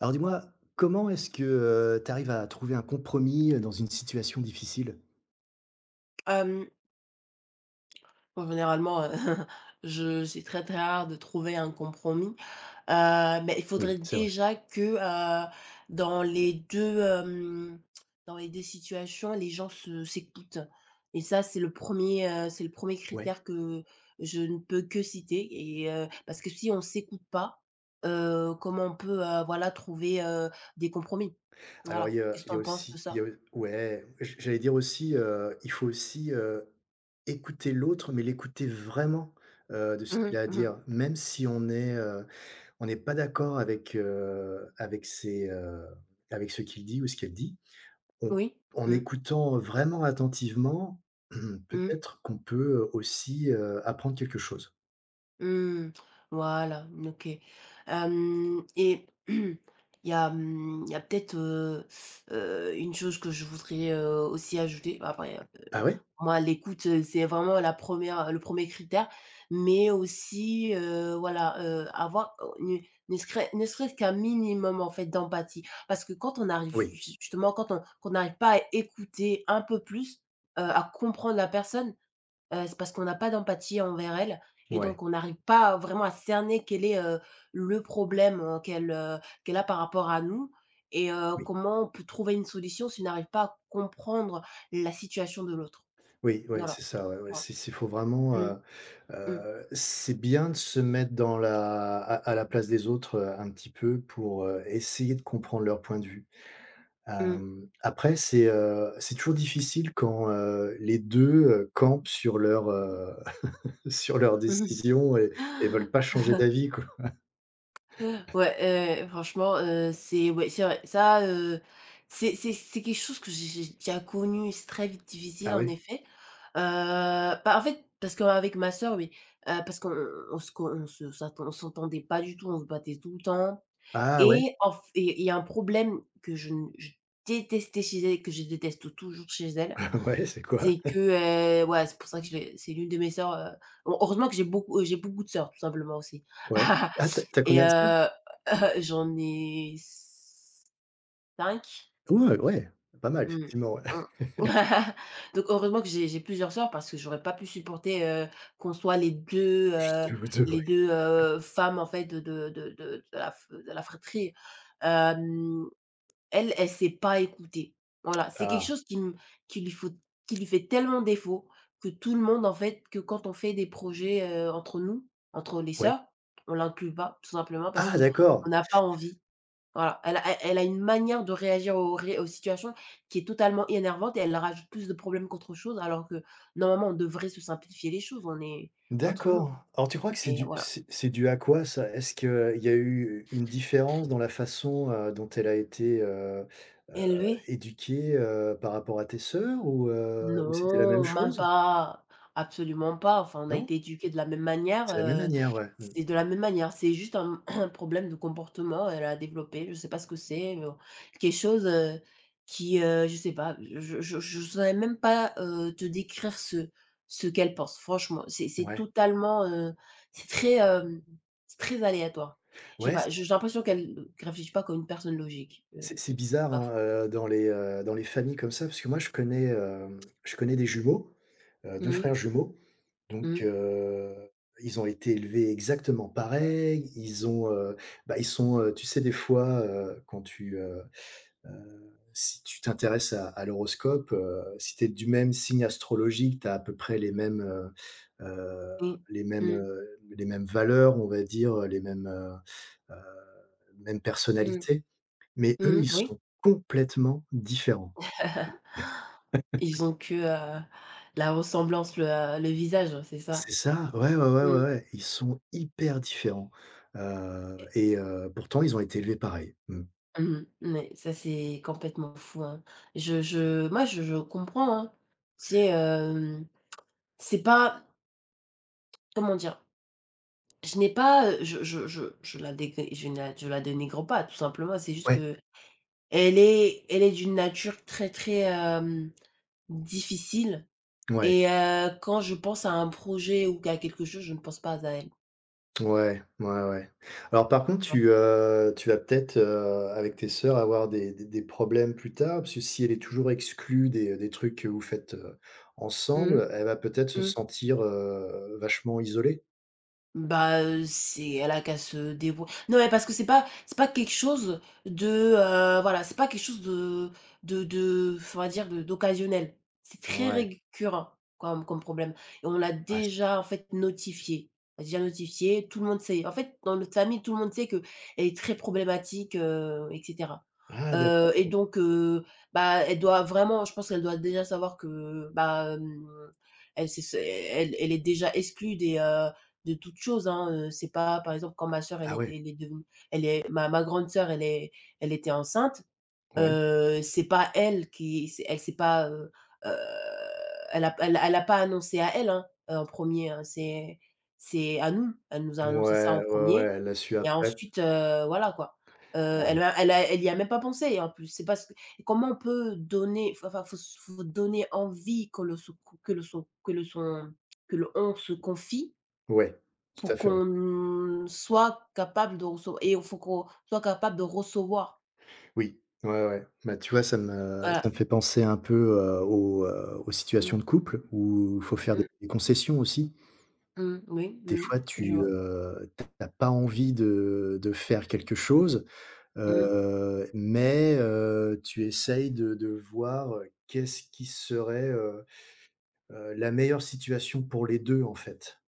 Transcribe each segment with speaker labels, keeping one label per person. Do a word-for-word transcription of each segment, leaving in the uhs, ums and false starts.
Speaker 1: Alors dis-moi, comment est-ce que tu arrives à trouver un compromis, heu, dans une situation difficile?
Speaker 2: Hem, bon, généralement, heu, je j'ai très, très rare de trouver un compromis, heu, mais il
Speaker 1: Oui,
Speaker 2: faudrait
Speaker 1: c'est vrai.
Speaker 2: déjà que, heu, dans les deux hem, dans les deux situations, les gens se s'écoutent. Et ça, c'est le premier heu, c'est le premier
Speaker 1: Ouais.
Speaker 2: critère que je ne peux que citer. Et heu, parce que si on s'écoute pas, heu, comment on peut, heu, voilà, trouver, heu, des compromis?
Speaker 1: Alors il
Speaker 2: Voilà.
Speaker 1: y a
Speaker 2: Qu'est-ce que
Speaker 1: il y
Speaker 2: tu
Speaker 1: a
Speaker 2: en penses de
Speaker 1: aussi il y a
Speaker 2: ça?
Speaker 1: ouais, j j'allais dire aussi, heu, il faut aussi, heu, écouter l'autre, mais l'écouter vraiment, heu, de ce
Speaker 2: Mmh
Speaker 1: qu'il
Speaker 2: mh,
Speaker 1: a à
Speaker 2: mmh mh.
Speaker 1: dire. Même si on est, heu, on n'est pas d'accord avec, heu, avec ses, heu, avec ce qu'il dit ou ce qu'elle dit, on
Speaker 2: Oui.
Speaker 1: en
Speaker 2: Mmh.
Speaker 1: écoutant vraiment attentivement,
Speaker 2: Mmh.
Speaker 1: peut-être qu'on peut, aussi, heu, apprendre quelque chose.
Speaker 2: Mmh. Voilà, mmh, OK. Hem Et il y a, mmh, il y a peut-être, heu heu, une chose que je voudrais, heu, aussi ajouter. Bah, après,
Speaker 1: Ah
Speaker 2: heu,
Speaker 1: ouais?
Speaker 2: moi, l'écoute, heu, c'est vraiment la première, le premier critère, mais aussi, heu, voilà, heu, avoir, heu, ne ne serait ne serait-ce qu'un minimum, en fait, d'empathie. Parce que quand on arrive
Speaker 1: Oui.
Speaker 2: ju justement, quand on qu'on n'arrive pas à écouter un peu plus, heu, à comprendre la personne, Heu, c'est parce qu'on n'a pas d'empathie envers elle et
Speaker 1: Ouais,
Speaker 2: donc on n'arrive pas vraiment à cerner quel est, heu, le problème, heu, qu'elle, heu, qu'elle a par rapport à nous. Et heu,
Speaker 1: oui,
Speaker 2: comment on peut trouver une solution si on n'arrive pas à comprendre la situation de l'autre.
Speaker 1: oui, oui, c'est
Speaker 2: Voilà.
Speaker 1: ça, ouais, ouais,
Speaker 2: Ouais.
Speaker 1: c'est c'est faut vraiment,
Speaker 2: Mmh,
Speaker 1: heu
Speaker 2: mmh,
Speaker 1: heu, c'est bien de se mettre dans la à à la place des autres, heu, un petit peu pour, heu, essayer de comprendre leur point de vue.
Speaker 2: mmh.
Speaker 1: Hem, après c'est, heu, c'est toujours difficile quand, heu, les deux heu, campent sur leur, heu, sur leur
Speaker 2: Mmh.
Speaker 1: décision et et veulent pas changer d'avis, quoi.
Speaker 2: Ouais, heu, franchement, heu, c'est ouais, c'est vrai. Ça, heu, c'est c'est c'est quelque chose que j'ai j'ai déjà connu, c'est très vite
Speaker 1: Ah
Speaker 2: difficile en
Speaker 1: ouais?
Speaker 2: effet. Heu, bah, en fait, parce qu'avec ma sœur, oui, heu, parce qu'on on se co on se s'attend on s'entendait pas du tout, on se battait tout le temps.
Speaker 1: Ah ouais?
Speaker 2: Et en f Et il y a un problème que je ne je détestais chez elle, que je déteste toujours chez elle,
Speaker 1: Ouais, c'est quoi?
Speaker 2: c'est que, heu, ouais, c'est pour ça que je l'ai c'est l'une de mes sœurs, heu, heureusement que j'ai beaucoup, euh, j'ai beaucoup de sœurs tout simplement aussi.
Speaker 1: Ouais. Ah, tu as
Speaker 2: Et
Speaker 1: combien de sœurs?
Speaker 2: heu, heu, j'en ai cinq.
Speaker 1: Ouais, ouais, pas mal
Speaker 2: Mmh.
Speaker 1: effectivement, ouais.
Speaker 2: Mmh. Donc heureusement que j'ai j'ai plusieurs sœurs, parce que j'aurais pas pu supporter, heu, qu'on soit les deux
Speaker 1: Juste
Speaker 2: heu,
Speaker 1: deux ou deux.
Speaker 2: les
Speaker 1: Ouais.
Speaker 2: deux heu, femmes en fait de de de de de la f de la fratrie. Hem, Elle, elle sait pas écouter. Voilà, c'est quelque
Speaker 1: Ah,
Speaker 2: chose qui m qui lui faut qui lui fait tellement défaut, que tout le monde en fait, que quand on fait des projets, heu, entre nous, entre les
Speaker 1: ouais.
Speaker 2: sœurs, on l'inclut pas, tout simplement parce
Speaker 1: Ah
Speaker 2: qu'on
Speaker 1: d'accord!
Speaker 2: n'a pas envie. Voilà, elle a elle elle a une manière de réagir aux ré aux situations, qui est totalement énervante et elle rajoute plus de problèmes qu'autre chose, alors que normalement on devrait se simplifier les choses, on est entre nous.
Speaker 1: D'accord. Alors tu crois que c'est
Speaker 2: Et
Speaker 1: dû
Speaker 2: voilà.
Speaker 1: c'est c'est dû à quoi ça? Est-ce qu'il y a eu une différence dans la façon, heu, dont elle a été, heu heu,
Speaker 2: Élevé?
Speaker 1: éduquée, heu, par rapport à tes sœurs ou heu, ou c'était la même
Speaker 2: Non, même
Speaker 1: chose?
Speaker 2: pas, absolument pas. Enfin, on a
Speaker 1: Non?
Speaker 2: été éduqués de la même manière,
Speaker 1: C'est la même
Speaker 2: heu,
Speaker 1: manière, ouais. Mmh.
Speaker 2: c'est de la même manière. C'est juste un un problème de comportement, elle a développé, je sais pas ce que c'est, heu, quelque chose, heu, qui, heu, je sais pas, je je je saurais même pas, heu, te décrire ce ce qu'elle pense. Franchement, c'est c'est
Speaker 1: Ouais.
Speaker 2: totalement, heu, c'est très, hem, c'est très aléatoire. Je sais
Speaker 1: Ouais, c
Speaker 2: pas, j'ai l'impression qu'elle ne réfléchit pas comme une personne logique, heu,
Speaker 1: c'est c'est bizarre,
Speaker 2: ma
Speaker 1: hein,
Speaker 2: foi.
Speaker 1: heu, dans les, heu, dans les familles comme ça, parce que moi je connais, hem, je connais des jumeaux, heu, deux
Speaker 2: Mmh mh.
Speaker 1: frères jumeaux. Donc,
Speaker 2: Mmh.
Speaker 1: heu, ils ont été élevés exactement pareil, ils ont, heu, bah, ils sont, heu, tu sais des fois, heu, quand tu, heu heu, si tu t'intéresses à à l'horoscope, heu, si tu es du même signe astrologique, tu as à peu près les mêmes, heu heu,
Speaker 2: Mmh.
Speaker 1: les mêmes,
Speaker 2: Mmh.
Speaker 1: heu, les mêmes valeurs, on va dire, les mêmes, heu heu, mêmes
Speaker 2: Mmh.
Speaker 1: personnalités. Mais eux,
Speaker 2: Mmh.
Speaker 1: ils
Speaker 2: Oui.
Speaker 1: sont complètement différents.
Speaker 2: Ils ont que, heu, la ressemblance, le, heu, le visage, c'est
Speaker 1: C'est
Speaker 2: ça?
Speaker 1: ça, ouais, ouais, ouais,
Speaker 2: Mmh.
Speaker 1: ouais, ouais, ils sont hyper différents, heu et heu, pourtant ils ont été élevés pareil. Mmh.
Speaker 2: Mmh. Mais ça, c'est complètement fou, hein. Je je Moi, je je comprends, hein. C'est, hem, c'est pas, comment dire? Je n'ai pas, heu, je je je je la dégr je ne la je la dénigre pas, tout simplement. C'est juste
Speaker 1: Ouais.
Speaker 2: que elle est elle est d'une nature très, très, hem, difficile.
Speaker 1: Ouais,
Speaker 2: Et heu, quand je pense à un projet ou à quelque chose, je ne pense pas à elle, tu
Speaker 1: ouais, ouais, ouais. Alors par contre tu,
Speaker 2: vois?
Speaker 1: heu, tu vas peut-être, heu, avec tes sœurs avoir des des des problèmes plus tard, parce que si elle est toujours exclue des, des trucs que vous faites, heu,
Speaker 2: Mmh mh.
Speaker 1: ensemble, elle va peut-être se
Speaker 2: Mmh.
Speaker 1: sentir, heu, vachement isolée.
Speaker 2: Bah, heu, c'est elle a qu'à se débrou non, mais parce que c'est pas c'est pas quelque chose de, heu, voilà, c'est pas quelque chose de de de f on va dire de d'occasionnel. C'est très
Speaker 1: Ouais,
Speaker 2: récurrent comme comme problème, et on l'a
Speaker 1: ouais, c'est
Speaker 2: déjà, en fait, notifié. On l'a déjà notifié, tout le monde sait. En fait, dans notre famille, tout le monde sait qu'elle est très problématique, heu et cetera.
Speaker 1: ah
Speaker 2: Heu
Speaker 1: d'accord.
Speaker 2: et donc heu, bah, elle doit vraiment, je pense qu'elle doit déjà savoir que, bah, hem, elle c'est c'est elle elle est déjà exclue des, heu de toute chose, hein, heu, c'est pas, par exemple, quand ma sœur elle
Speaker 1: Ah ouais,
Speaker 2: était elle est devenue elle est ma ma grande sœur elle est elle était enceinte,
Speaker 1: ouais.
Speaker 2: heu, c'est pas elle qui c'est elle s'est pas, heu heu, elle a elle elle a pas annoncé à elle, hein, heu, en premier, hein, c'est c'est à nous. Elle nous a annoncé ça
Speaker 1: Ouais,
Speaker 2: en
Speaker 1: ouais, ouais,
Speaker 2: premier
Speaker 1: elle l'a su
Speaker 2: et
Speaker 1: après.
Speaker 2: ensuite, heu, voilà quoi. Heu,
Speaker 1: Ouais,
Speaker 2: elle a elle a elle y a même pas pensé en plus, c'est parce que, comment on peut donner, enfin enfin, faut faut donner envie que le se que le son que le son que le on se confie
Speaker 1: ouais, tout à
Speaker 2: pour
Speaker 1: fait, ouais.
Speaker 2: qu'on soit capable de recevoir. Et il faut qu'on soit capable de recevoir.
Speaker 1: Oui, ouais, ouais. Ouais. Bah, tu vois, ça me ça
Speaker 2: Voilà.
Speaker 1: me fait penser un peu, heu, aux, heu, aux
Speaker 2: Mmh,
Speaker 1: situations de couple où il faut faire des
Speaker 2: mmh,
Speaker 1: des concessions aussi.
Speaker 2: mmh, oui,
Speaker 1: Des
Speaker 2: mmh,
Speaker 1: fois,
Speaker 2: je
Speaker 1: tu,
Speaker 2: vois.
Speaker 1: n'as pas envie de de faire quelque chose,
Speaker 2: Mmh,
Speaker 1: heu, mais, heu, tu essayes de de voir, qu'est-ce qui serait, heu heu, la meilleure situation pour les deux en fait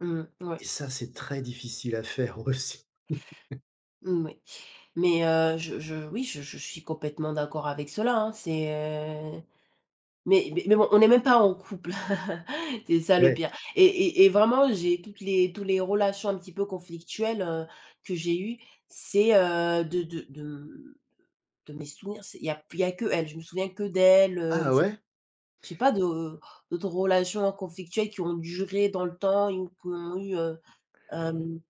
Speaker 2: mmh, ouais,
Speaker 1: et ça, c'est très difficile à faire aussi.
Speaker 2: mmh, oui. Mais heu, je je oui, je je suis complètement d'accord avec cela, hein. C'est, heu mais mais mais bon, on n'est même pas en couple. C'est ça, le
Speaker 1: Ouais.
Speaker 2: pire. Et et et vraiment, j'ai toutes les tous les relations un petit peu conflictuelles, heu, que j'ai eues, c'est, heu, de de de, mmh, de mes souvenirs, c'est il y a il y a que elle. Je me souviens que d'elle, heu
Speaker 1: Ah
Speaker 2: et cetera.
Speaker 1: ouais?
Speaker 2: J'ai pas de d'autres relations conflictuelles qui ont duré dans le temps, et ou qui ont eu, heu, hem,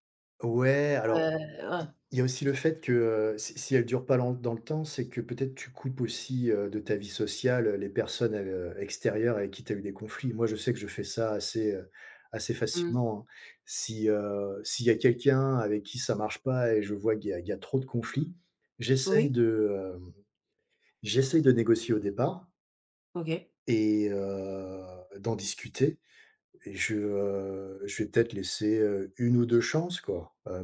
Speaker 1: Ouais,
Speaker 2: heu,
Speaker 1: alors
Speaker 2: ouais,
Speaker 1: Il il y a aussi le fait que, heu, si si elle dure pas dans dans le temps, c'est que peut-être tu coupes aussi, heu, de ta vie sociale, heu, les personnes, heu, extérieures avec qui tu as eu des conflits. Moi, je sais que je fais ça assez, heu, assez
Speaker 2: mmh.
Speaker 1: facilement, hein. Si, heu, s'il y a quelqu'un avec qui ça marche pas et je vois qu'il y a il y a trop de conflits, j'essaye
Speaker 2: Oui,
Speaker 1: de, hem, j'essaye de négocier au départ
Speaker 2: OK.
Speaker 1: et heu, d'en discuter et je, heu, je vais peut-être laisser, heu, une ou deux chances quoi, heu,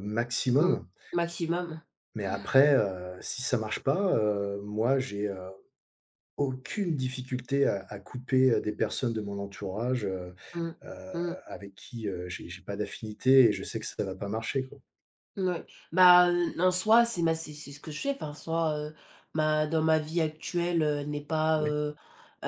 Speaker 2: Mmh.
Speaker 1: maximum.
Speaker 2: Maximum.
Speaker 1: Mais après, heu, si ça marche pas, heu, moi j'ai, heu, aucune difficulté à à couper, heu, des personnes de mon entourage, heu
Speaker 2: Mmh.
Speaker 1: heu,
Speaker 2: Mmh.
Speaker 1: avec qui, heu, j'ai j'ai pas d'affinité et je sais que ça va pas marcher, quoi.
Speaker 2: Ouais. Bah, heu, en soi, c'est ma c'est c'est ce que je fais. Enfin, en soi, heu, ma dans ma vie actuelle, heu, elle n'est pas,
Speaker 1: Oui,
Speaker 2: heu heu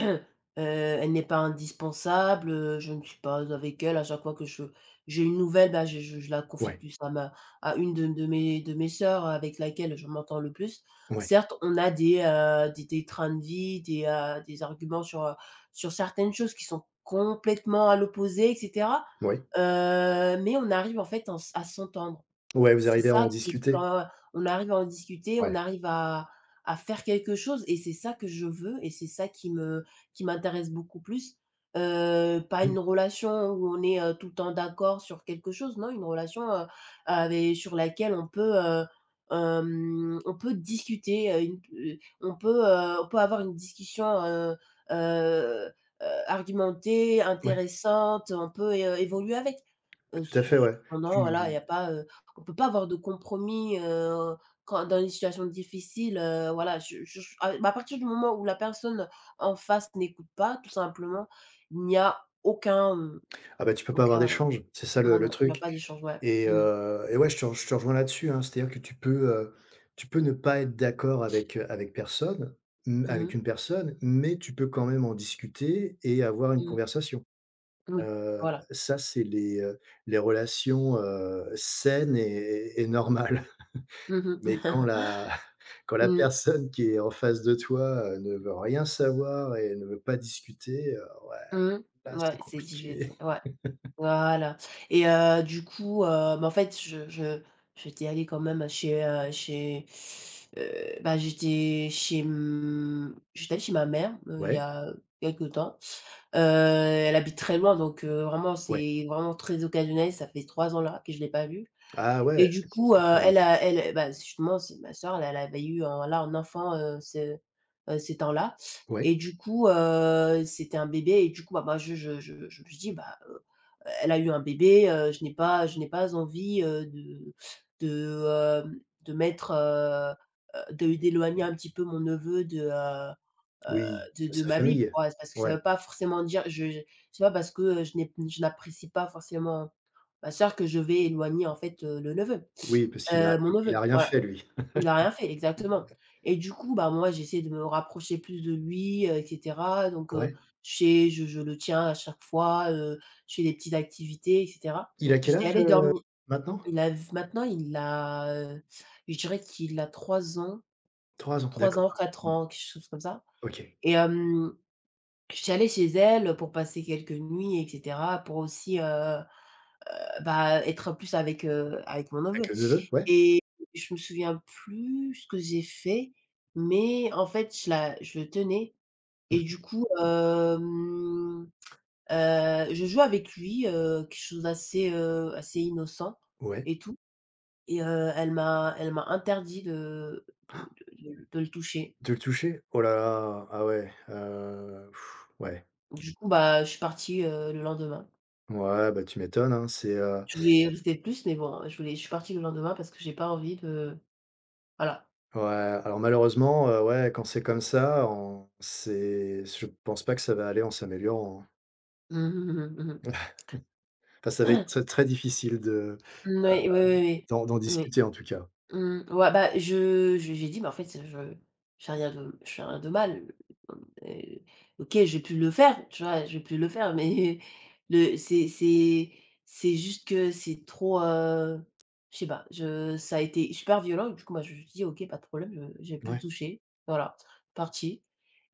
Speaker 2: heu, elle n'est pas indispensable, heu, je ne suis pas avec elle à chaque fois que je j'ai une nouvelle, bah, je je je la confie
Speaker 1: ouais,
Speaker 2: plus à ma à une de de mes de mes sœurs avec laquelle je m'entends le plus.
Speaker 1: ouais,
Speaker 2: Certes, on a des, heu, des des trains de vie, des, heu, des arguments sur, heu, sur certaines choses qui sont complètement à l'opposé, et cetera.
Speaker 1: ouais.
Speaker 2: Heu, mais on arrive en fait, en s à s'entendre.
Speaker 1: Ouais, vous
Speaker 2: C'est
Speaker 1: arrivez à en
Speaker 2: ça qui est
Speaker 1: discuter?
Speaker 2: quand on arrive à en discuter, on
Speaker 1: Ouais.
Speaker 2: arrive à à faire quelque chose, et c'est ça que je veux et c'est ça qui me qui m'intéresse beaucoup plus. Heu, pas
Speaker 1: Oui,
Speaker 2: une relation où on est, heu, tout le temps d'accord sur quelque chose, non, une relation, heu, avec sur laquelle on peut, heu, hem, on peut discuter, heu, une heu, on peut, heu, on peut avoir une discussion, heu heu heu, argumentée,
Speaker 1: ouais,
Speaker 2: intéressante, on peut é évoluer avec. Heu,
Speaker 1: tout à
Speaker 2: su
Speaker 1: fait, ouais.
Speaker 2: cependant, voilà, il y
Speaker 1: Tu
Speaker 2: a pas, heu on peut pas avoir de compromis, heu, quand, dans une situation difficile, heu, voilà, je je je à à partir du moment où la personne en face n'écoute pas, tout simplement, il n'y a aucun, mmh,
Speaker 1: ah bah, tu peux pas avoir
Speaker 2: aucun
Speaker 1: d'échange, c'est ça le
Speaker 2: non,
Speaker 1: le
Speaker 2: non, il y a
Speaker 1: truc.
Speaker 2: pas d'échange, ouais.
Speaker 1: Et
Speaker 2: Mmh.
Speaker 1: heu et ouais, je te re je te rejoins là-dessus, hein. C'est-à-dire que tu peux, heu, tu peux ne pas être d'accord avec, heu, avec personne, mmh,
Speaker 2: Mmh
Speaker 1: avec
Speaker 2: mh.
Speaker 1: une personne, mais tu peux quand même en discuter et avoir une
Speaker 2: Mmh.
Speaker 1: conversation.
Speaker 2: Oui,
Speaker 1: Heu,
Speaker 2: voilà.
Speaker 1: ça, c'est les, heu, les relations, heu, saines et et normales.
Speaker 2: Mmh mh.
Speaker 1: Mais quand
Speaker 2: Mmh.
Speaker 1: la quand la personne qui est en face de toi, heu, ne veut rien savoir et ne veut pas discuter, heu, ouais, là,
Speaker 2: Ouais,
Speaker 1: c'est
Speaker 2: c'est
Speaker 1: compliqué.
Speaker 2: difficile, ouais. Voilà. Et heu, du coup, heu, bah, en fait, je je j'étais allée quand même chez, heu, chez, heu, bah, j'étais chez, mmh, j'étais allée chez ma mère, heu, il y
Speaker 1: Ouais,
Speaker 2: a quelques temps. Heu, elle habite très loin, donc heu, vraiment
Speaker 1: ouais.
Speaker 2: c'est vraiment très occasionnel, ça fait trois ans là que je l'ai pas vue.
Speaker 1: Ah ouais,
Speaker 2: Et du
Speaker 1: c'est commence
Speaker 2: coup,
Speaker 1: à
Speaker 2: heu,
Speaker 1: faire, là.
Speaker 2: elle a elle bah, justement, c'est ma sœur, elle elle avait eu un là, un enfant, heu, ce heu, ces temps-là.
Speaker 1: Ouais.
Speaker 2: Et du coup, heu, c'était un bébé, et du coup, bah bah, je je je je me suis dit: «Bah, heu, elle a eu un bébé, heu, je n'ai pas je n'ai pas envie, heu, de de, hem, de mettre, heu heu, de d'éloigner un petit peu mon neveu de, heu heu,
Speaker 1: Oui,
Speaker 2: de
Speaker 1: de
Speaker 2: de
Speaker 1: sa
Speaker 2: ma vie» pour,
Speaker 1: famille?
Speaker 2: parce que ça
Speaker 1: Ouais.
Speaker 2: ne veut pas forcément dire, je je c'est pas parce que, heu, je n'ai je n'apprécie pas forcément ma sœur, que je vais éloigner en fait, heu, le neveu,
Speaker 1: Oui, parce qu'il a
Speaker 2: heu, mon
Speaker 1: il il a
Speaker 2: neveu,
Speaker 1: rien
Speaker 2: voilà.
Speaker 1: fait lui.
Speaker 2: Il a rien fait, exactement, et du coup, bah, moi j'essaie de me rapprocher plus de lui, heu et cetera, donc
Speaker 1: Ouais.
Speaker 2: heu, je fais je je le tiens à chaque fois, heu, je fais des petites activités, et cetera.
Speaker 1: Il a quel
Speaker 2: J'étais
Speaker 1: âge,
Speaker 2: allée
Speaker 1: heu,
Speaker 2: dormi
Speaker 1: maintenant?
Speaker 2: il a v Maintenant il a, heu, je dirais qu'il a trois ans,
Speaker 1: Trois ans,
Speaker 2: trois
Speaker 1: d'accord, ah
Speaker 2: ans, quatre
Speaker 1: ouais. Mmh.
Speaker 2: ans, quelque chose comme ça.
Speaker 1: OK.
Speaker 2: Et hem, j'étais allée chez elle pour passer quelques nuits, et cetera, pour aussi, heu, bah, être plus avec, heu, avec mon
Speaker 1: Avec
Speaker 2: neveu.
Speaker 1: le neveu? Ouais.
Speaker 2: Et je me souviens plus ce que j'ai fait, mais en fait, je la je le tenais
Speaker 1: Mmh.
Speaker 2: et du coup, hem, heu, je jouais avec lui, heu, quelque chose d'assez, heu, assez innocent
Speaker 1: Ouais.
Speaker 2: et tout. Et heu, elle m'a elle m'a interdit de de de de de le toucher.
Speaker 1: De le toucher? Oh là là, ah ouais, heu, ouais.
Speaker 2: Du coup, bah, je suis partie, heu, le lendemain.
Speaker 1: Ouais, bah, tu m'étonnes, hein, c'est, heu
Speaker 2: Je voulais rester plus, mais bon, je voulais je suis partie le lendemain parce que j'ai pas envie de voilà.
Speaker 1: ouais, alors malheureusement, heu, ouais, quand c'est comme ça, on c'est je pense pas que ça va aller en s'améliorant, hein.
Speaker 2: Mmh mh, mmh mh, mmh mh.
Speaker 1: Enfin, ça va être très, très difficile de
Speaker 2: Moui, oui, oui,
Speaker 1: d'en d'en
Speaker 2: oui. Oui.
Speaker 1: discuter en tout cas.
Speaker 2: Mmh, ouais, bah, je je j'ai dit: «Mais en fait, je je fais rien de je fais rien de mal, heu, OK, j'ai pu le faire», tu vois? J'ai pu le faire, mais le c'est c'est c'est juste que c'est trop, heu, je sais pas, je ça a été super violent. Du coup, moi, je lui dis: «OK, pas de problème, je j'ai pu le
Speaker 1: Ouais.
Speaker 2: toucher». Voilà, parti.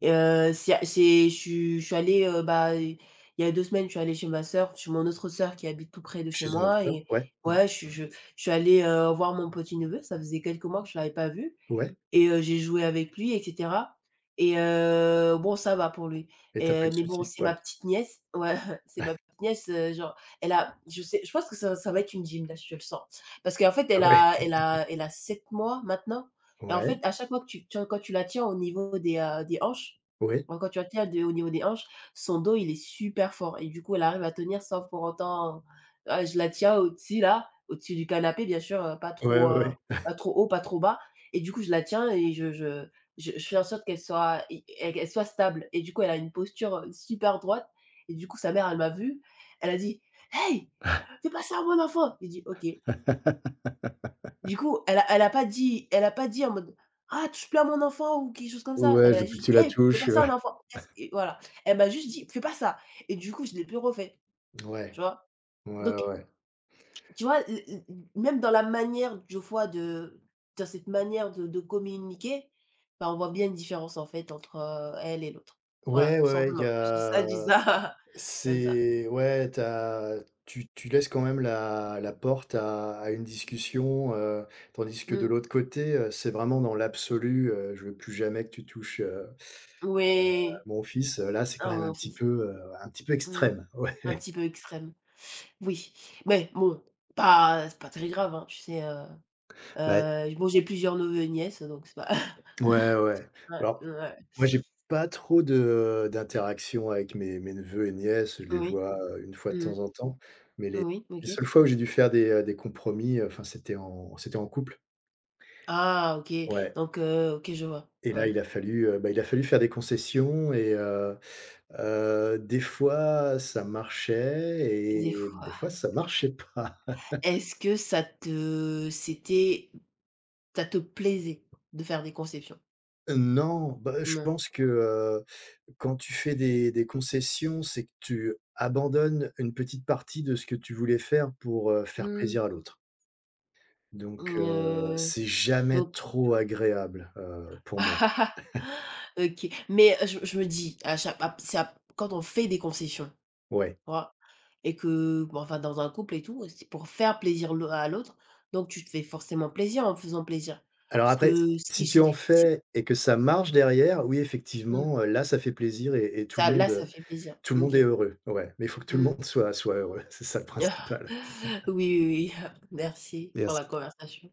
Speaker 2: Et heu, c'est c'est je suis je suis allée, heu, bah, il y a deux semaines, je suis allée chez ma sœur, chez mon autre sœur qui habite tout près de chez
Speaker 1: Chez une autre
Speaker 2: moi.
Speaker 1: sœur?
Speaker 2: Et
Speaker 1: Ouais. Mmh.
Speaker 2: ouais, je suis je je suis allée, heu, voir mon petit-neveu. Ça faisait quelques mois que je ne l'avais pas vu
Speaker 1: Ouais
Speaker 2: et heu, j'ai joué avec lui et cetera. Et heu, bon, ça va pour lui.
Speaker 1: et
Speaker 2: Et
Speaker 1: tu as pas eu
Speaker 2: heu,
Speaker 1: de
Speaker 2: mais bon,
Speaker 1: soucis?
Speaker 2: c'est
Speaker 1: Ouais.
Speaker 2: ma petite nièce. Ouais, c'est ma petite nièce, heu, genre elle a je sais je pense que ça ça va être une gym là, je le sens. Parce qu'en fait,
Speaker 1: Ah
Speaker 2: elle
Speaker 1: ouais.
Speaker 2: a elle a elle a sept mois maintenant. Et en fait,
Speaker 1: Ouais,
Speaker 2: à chaque fois que tu tu quand tu la tiens au niveau des, heu, des hanches,
Speaker 1: ouais,
Speaker 2: quand quand tu la tiens de au niveau des hanches, son dos, il est super fort et du coup, elle arrive à tenir sans pour autant, heu, je la tiens au-dessus là, au-dessus du canapé bien sûr, heu, pas
Speaker 1: Ouais,
Speaker 2: trop, heu,
Speaker 1: ouais.
Speaker 2: pas trop haut, pas trop bas. Et du coup, je la tiens et je je je je fais en sorte qu'elle soit et et qu'elle soit stable et du coup, elle a une posture, heu, super droite. Et du coup, sa mère, elle m'a vue, elle a dit: «Hey! Fais pas ça à mon enfant!» J'ai dit: «OK». Du coup, elle a elle a pas dit elle a pas dit en mode: «Ah, touche plus à mon enfant» ou quelque chose comme ça.
Speaker 1: Ouais,
Speaker 2: Elle
Speaker 1: je veux
Speaker 2: a
Speaker 1: plus que
Speaker 2: juste
Speaker 1: tu
Speaker 2: dit:
Speaker 1: la
Speaker 2: «Hey, fais
Speaker 1: touches,
Speaker 2: pas ça à un enfant, casse» et voilà. Elle m'a juste dit: «Fais pas ça» et du coup, je l'ai plus refait,
Speaker 1: ouais,
Speaker 2: tu vois?
Speaker 1: ouais, ouais,
Speaker 2: Donc
Speaker 1: ouais.
Speaker 2: tu vois, l l même dans la manière, je vois, de dans cette manière de de communiquer, bah, on voit bien une différence, en fait, entre, heu, elle et l'autre. Voilà,
Speaker 1: Ouais, ouais,
Speaker 2: tout
Speaker 1: ouais, il y
Speaker 2: simplement. Je dis ça,
Speaker 1: a
Speaker 2: je dis ça, comme ça.
Speaker 1: c'est ouais, t'as, tu tu laisses quand même la la porte à à une discussion, heu, tandis que de
Speaker 2: Mmh.
Speaker 1: l'autre côté, heu, c'est vraiment dans l'absolu, heu, je veux plus jamais que tu touches, heu, à
Speaker 2: Oui.
Speaker 1: mon fils, heu, là, c'est quand
Speaker 2: Ah,
Speaker 1: même un
Speaker 2: mon
Speaker 1: petit
Speaker 2: fils.
Speaker 1: peu, heu, un petit peu
Speaker 2: Mmh.
Speaker 1: extrême, ouais.
Speaker 2: Un petit peu extrême. Oui, mais bon, pas c'est pas très grave, hein, tu sais, heu
Speaker 1: Bah
Speaker 2: heu, bon, j'ai plusieurs neveux et nièces, donc c'est pas
Speaker 1: ouais, ouais.
Speaker 2: ouais,
Speaker 1: Alors
Speaker 2: ouais.
Speaker 1: moi, j'ai pas trop de d'interaction avec mes mes neveux et nièces. Je les
Speaker 2: Oui.
Speaker 1: vois, heu, une fois de temps
Speaker 2: Mmh.
Speaker 1: en temps, mais les
Speaker 2: Oui,
Speaker 1: les
Speaker 2: OK.
Speaker 1: seules fois où j'ai dû faire des, heu, des compromis, heu, enfin, c'était en c'était en couple.
Speaker 2: Ah OK,
Speaker 1: Ouais
Speaker 2: donc heu, OK, je vois.
Speaker 1: et là,
Speaker 2: Ouais.
Speaker 1: il a fallu, heu, bah, il a fallu faire des concessions et heu heu, des fois, ça marchait
Speaker 2: Des
Speaker 1: et
Speaker 2: fois.
Speaker 1: des fois, ça marchait pas.
Speaker 2: Est-ce que ça te c'était ça te plaisait de faire des conceptions?
Speaker 1: Non, bah, je
Speaker 2: Non.
Speaker 1: pense que, heu, quand tu fais des des concessions, c'est que tu abandonnes une petite partie de ce que tu voulais faire pour, heu, faire
Speaker 2: Mmh,
Speaker 1: plaisir à l'autre. Donc heu,
Speaker 2: heu,
Speaker 1: c'est jamais
Speaker 2: donc
Speaker 1: trop agréable, heu, pour moi.
Speaker 2: OK, mais euh, je je me dis à chaque à c'est à quand on fait des concessions, tu
Speaker 1: Ouais.
Speaker 2: vois? Et que bon, enfin, dans un couple et tout, c'est pour faire plaisir l'au à l'autre, donc tu te fais forcément plaisir en faisant plaisir.
Speaker 1: Alors
Speaker 2: Parce
Speaker 1: après,
Speaker 2: que si
Speaker 1: si tu
Speaker 2: j'ai
Speaker 1: en
Speaker 2: si
Speaker 1: fais et que ça marche derrière, oui
Speaker 2: Mmh,
Speaker 1: effectivement, heu, là ça fait plaisir et et tout le
Speaker 2: ça là,
Speaker 1: monde,
Speaker 2: ça
Speaker 1: heu,
Speaker 2: fait plaisir.
Speaker 1: tout le monde
Speaker 2: OK.
Speaker 1: est heureux. Ouais, mais il faut que tout le
Speaker 2: Mmh.
Speaker 1: monde soit soit heureux, c'est ça le
Speaker 2: Oui,
Speaker 1: principal.
Speaker 2: oui, oui, merci pour la
Speaker 1: Merci.
Speaker 2: conversation.